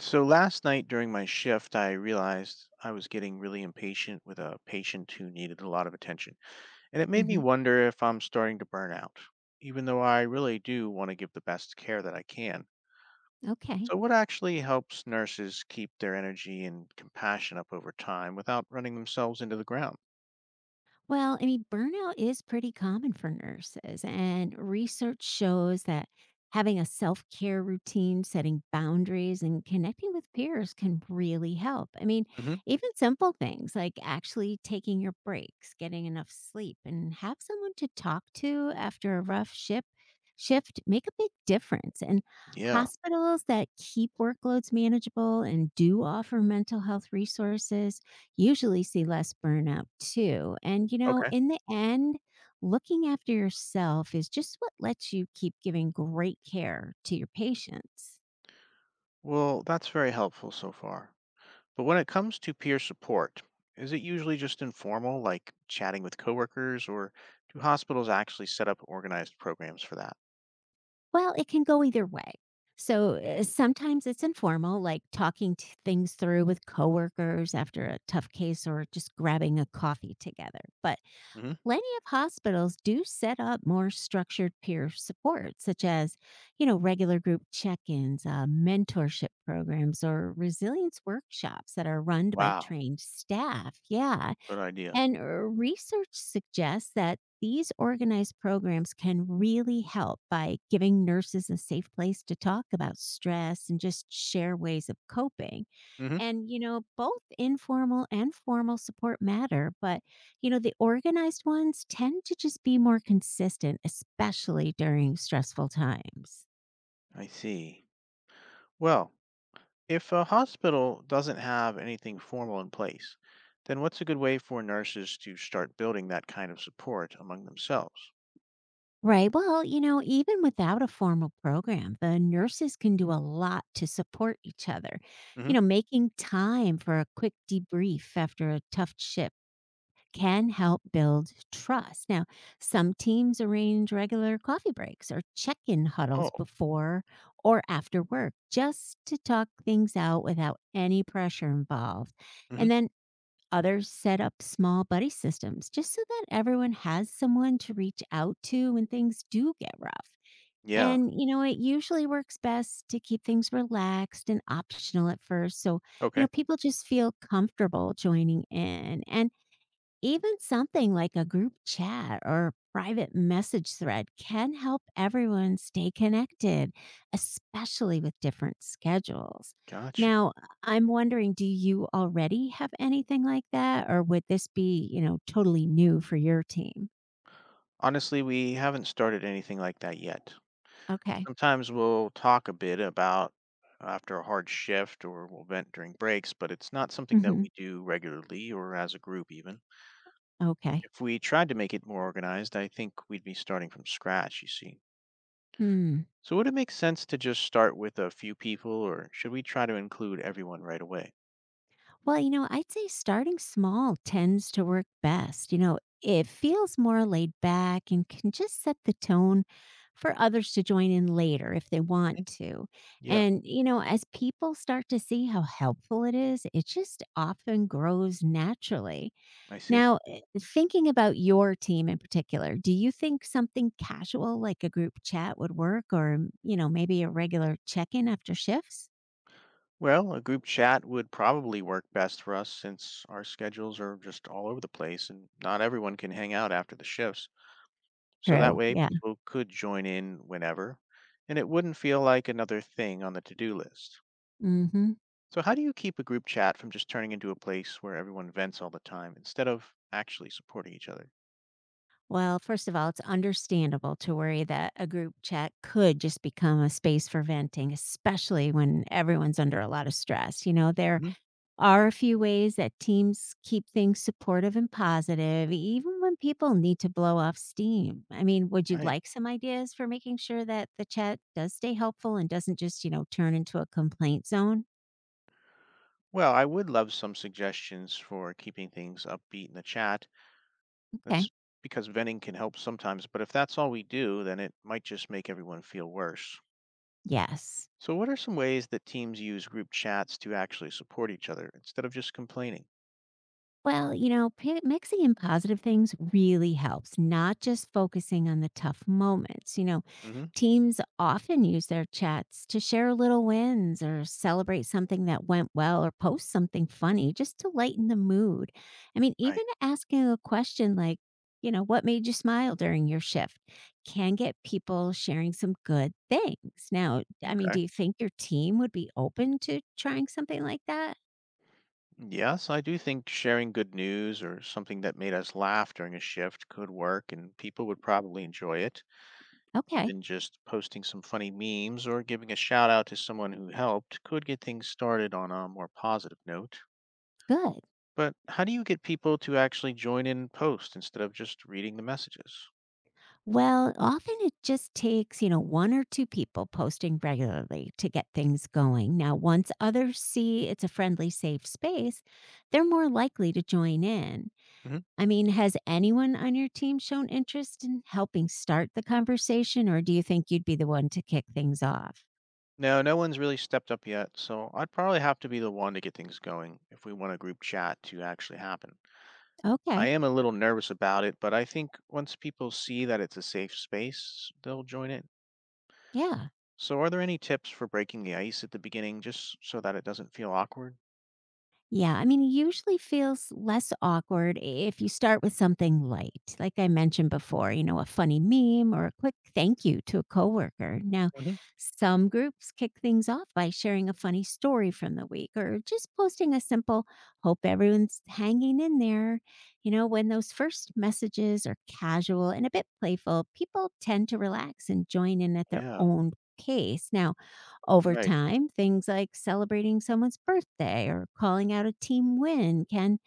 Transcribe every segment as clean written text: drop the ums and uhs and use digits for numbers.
So last night during my shift, I realized I was getting really impatient with a patient who needed a lot of attention. And it made me Hmm. wonder if I'm starting to burn out, even though I really do want to give the best care that I can. Okay. So, what actually helps nurses keep their energy and compassion up over time without running themselves into the ground? Well, I mean, burnout is pretty common for nurses, and research shows that having a self care routine, setting boundaries, and connecting with peers can really help. I mean, Hmm. even simple things like actually taking your breaks, getting enough sleep, and have someone to talk to after a rough shift make a big difference. And Yeah. hospitals that keep workloads manageable and do offer mental health resources usually see less burnout too. And, Okay. in the end, looking after yourself is just what lets you keep giving great care to your patients. Well, that's very helpful so far. But when it comes to peer support, is it usually just informal, like chatting with coworkers, or do hospitals actually set up organized programs for that? Well, it can go either way. So sometimes it's informal, like talking things through with coworkers after a tough case or just grabbing a coffee together. But Hmm. plenty of hospitals do set up more structured peer support, such as, regular group check-ins, mentorship programs, or resilience workshops that are run by Wow, trained staff. Yeah, good idea. and research suggests that these organized programs can really help by giving nurses a safe place to talk about stress and just share ways of coping. Hmm. And, both informal and formal support matter, but, the organized ones tend to just be more consistent, especially during stressful times. I see. Well, if a hospital doesn't have anything formal in place, then what's a good way for nurses to start building that kind of support among themselves? Right. Well, even without a formal program, the nurses can do a lot to support each other. Hmm. Making time for a quick debrief after a tough shift can help build trust. Now, some teams arrange regular coffee breaks or check in Oh. huddles before or after work just to talk things out without any pressure involved. Hmm. And then others set up small buddy systems just so that everyone has someone to reach out to when things do get rough. Yeah. And it usually works best to keep things relaxed and optional at first. So, Okay. People just feel comfortable joining in. And even something like a group chat or private message thread can help everyone stay connected, especially with different schedules. Gotcha. Now, I'm wondering, do you already have anything like that, or would this be, totally new for your team? Honestly, we haven't started anything like that yet. Okay. Sometimes we'll talk a bit about after a hard shift, or we'll vent during breaks, but it's not something that Mhm. we do regularly or as a group, even. Okay. If we tried to make it more organized, I think we'd be starting from scratch, you see. Hmm. So, would it make sense to just start with a few people, or should we try to include everyone right away? Well, I'd say starting small tends to work best. You know, it feels more laid back and can just set the tone for others to join in later if they want Mhm. to. Yeah. And, as people start to see how helpful it is, it just often grows naturally. I see. Now, thinking about your team in particular, do you think something casual like a group chat would work, or, maybe a regular check in after shifts? Well, a group chat would probably work best for us since our schedules are just all over the place and not everyone can hang out after the shifts. So that True. way Yeah. people could join in whenever, and it wouldn't feel like another thing on the to do list. Mm hmm. So, how do you keep a group chat from just turning into a place where everyone vents all the time instead of actually supporting each other? Well, first of all, it's understandable to worry that a group chat could just become a space for venting, especially when everyone's under a lot of stress. You know, there Mhm. are a few ways that teams keep things supportive and positive, even when people need to blow off steam. I mean, would you Right. like some ideas for making sure that the chat does stay helpful and doesn't just, turn into a complaint zone? Well, I would love some suggestions for keeping things upbeat in the chat. Okay. That's because venting can help sometimes, but if that's all we do, then it might just make everyone feel worse. Yes. So, what are some ways that teams use group chats to actually support each other instead of just complaining? Well, mixing in positive things really helps, not just focusing on the tough moments. You know, Mhm. teams often use their chats to share little wins or celebrate something that went well or post something funny just to lighten the mood. I mean, Right. even asking a question like, what made you smile during your shift can get people sharing some good things. Now, I mean, Okay. do you think your team would be open to trying something like that? Yes, I do think sharing good news or something that made us laugh during a shift could work, and people would probably enjoy it. Okay, Even just posting some funny memes or giving a shout out to someone who helped could get things started on a more positive note. good. But how do you get people to actually join in and post instead of just reading the messages? Well, often it just takes, one or two people posting regularly to get things going. Now, once others see it's a friendly, safe space, they're more likely to join in. Hmm. I mean, has anyone on your team shown interest in helping start the conversation, or do you think you'd be the one to kick things off? No, no one's really stepped up yet, so I'd probably have to be the one to get things going if we want a group chat to actually happen. I Okay. am a little nervous about it, but I think once people see that it's a safe space, they'll join it. Yeah. So, are there any tips for breaking the ice at the beginning just so that it doesn't feel awkward? Yeah, I mean, it usually feels less awkward if you start with something light, like I mentioned before, a funny meme or a quick thank you to a coworker. Now, Hmm. some groups kick things off by sharing a funny story from the week or just posting a simple hope everyone's hanging in there. You know, when those first messages are casual and a bit playful, people tend to relax and join in at their Yeah. own pace. Now, over Right. time, things like celebrating someone's birthday or calling out a team win can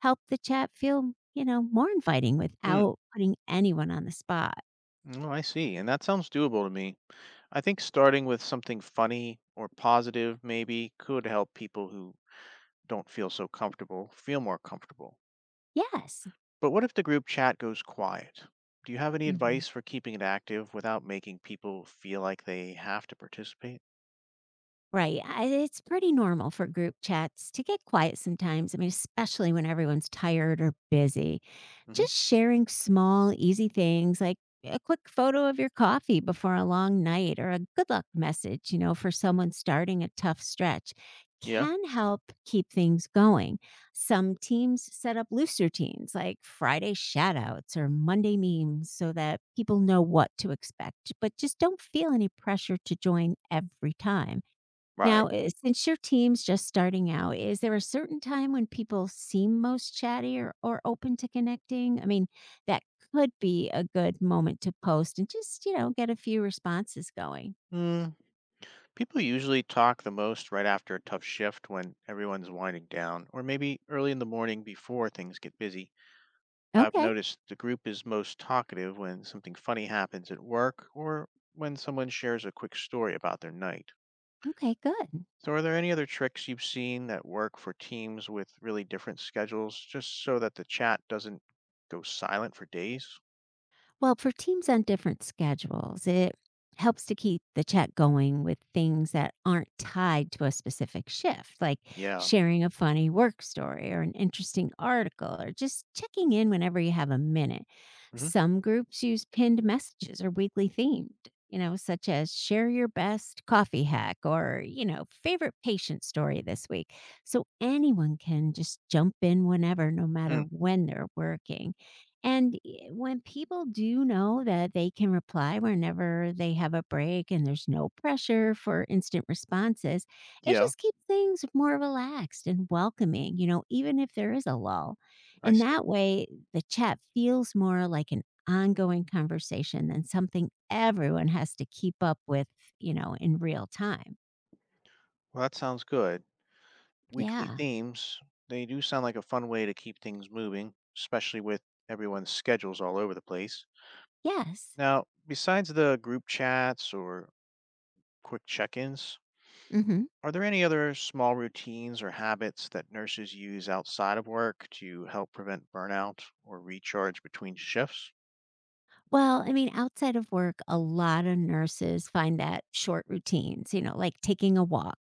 help the chat feel, more inviting Hmm. without putting anyone on the spot. Oh, I see. And that sounds doable to me. I think starting with something funny or positive maybe could help people who don't feel so comfortable feel more comfortable. Yes. But what if the group chat goes quiet? Do you have any Mm-hmm. advice for keeping it active without making people feel like they have to participate? Right. I it's pretty normal for group chats to get quiet sometimes. I mean, especially when everyone's tired or busy. Mm-hmm. Just sharing small, easy things like a quick photo of your coffee before a long night or a good luck message, for someone starting a tough stretch Yeah. can help keep things going. Some teams set up loose routines like Friday shout outs or Monday memes so that people know what to expect, but just don't feel any pressure to join every time. Right. Now, since your team's just starting out, is there a certain time when people seem most chatty, or open to connecting? I mean, that could be a good moment to post and just, get a few responses going. Mm, people usually talk the most right after a tough shift when everyone's winding down, or maybe early in the morning before things get busy. I've Okay. noticed the group is most talkative when something funny happens at work, or when someone shares a quick story about their night. Okay, good. So, are there any other tricks you've seen that work for teams with really different schedules just so that the chat doesn't go silent for days? Well, for teams on different schedules, it helps to keep the chat going with things that aren't tied to a specific shift, like Yeah. sharing a funny work story or an interesting article or just checking in whenever you have a minute. Hmm. Some groups use pinned messages or weekly themed, such as share your best coffee hack, or, favorite patient story this week. So anyone can just jump in whenever, no matter Hmm. when they're working. When people do know that they can reply whenever they have a break and there's no pressure for instant responses, it Yeah. just keeps things more relaxed and welcoming, even if there is a lull. I And see. that way, the chat feels more like an ongoing conversation than something everyone has to keep up with, in real time. Well, that sounds good. Weekly Yeah. themes, they do sound like a fun way to keep things moving, especially with everyone's schedules all over the place. Yes. Now, besides the group chats or quick check ins, Hmm. are there any other small routines or habits that nurses use outside of work to help prevent burnout or recharge between shifts? Well, I mean, outside of work, a lot of nurses find that short routines, like taking a walk,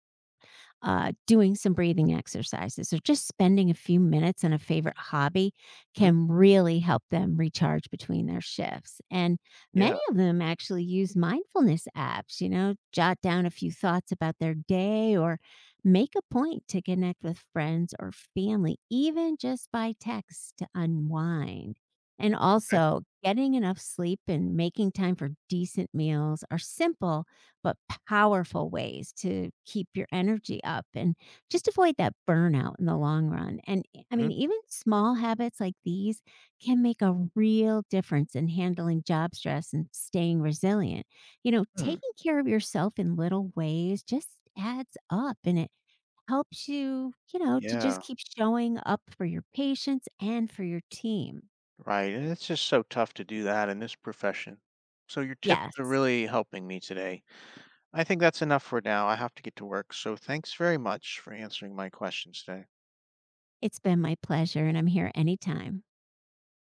doing some breathing exercises or just spending a few minutes on a favorite hobby Hmm. can really help them recharge between their shifts. And many Yeah, of them actually use mindfulness apps, jot down a few thoughts about their day or make a point to connect with friends or family, even just by text to unwind. And okay. also, getting enough sleep and making time for decent meals are simple but powerful ways to keep your energy up and just avoid that burnout in the long run. And I Hmm. mean, even small habits like these can make a real difference in handling job stress and staying resilient. You know, Hmm. taking care of yourself in little ways just adds up, and it helps you, to just Yeah, keep showing up for your patients and for your team. right. And it's just so tough to do that in this profession. So your tips are Yes, really helping me today. I think that's enough for now. I have to get to work. So thanks very much for answering my questions today. it's been my pleasure, and I'm here anytime.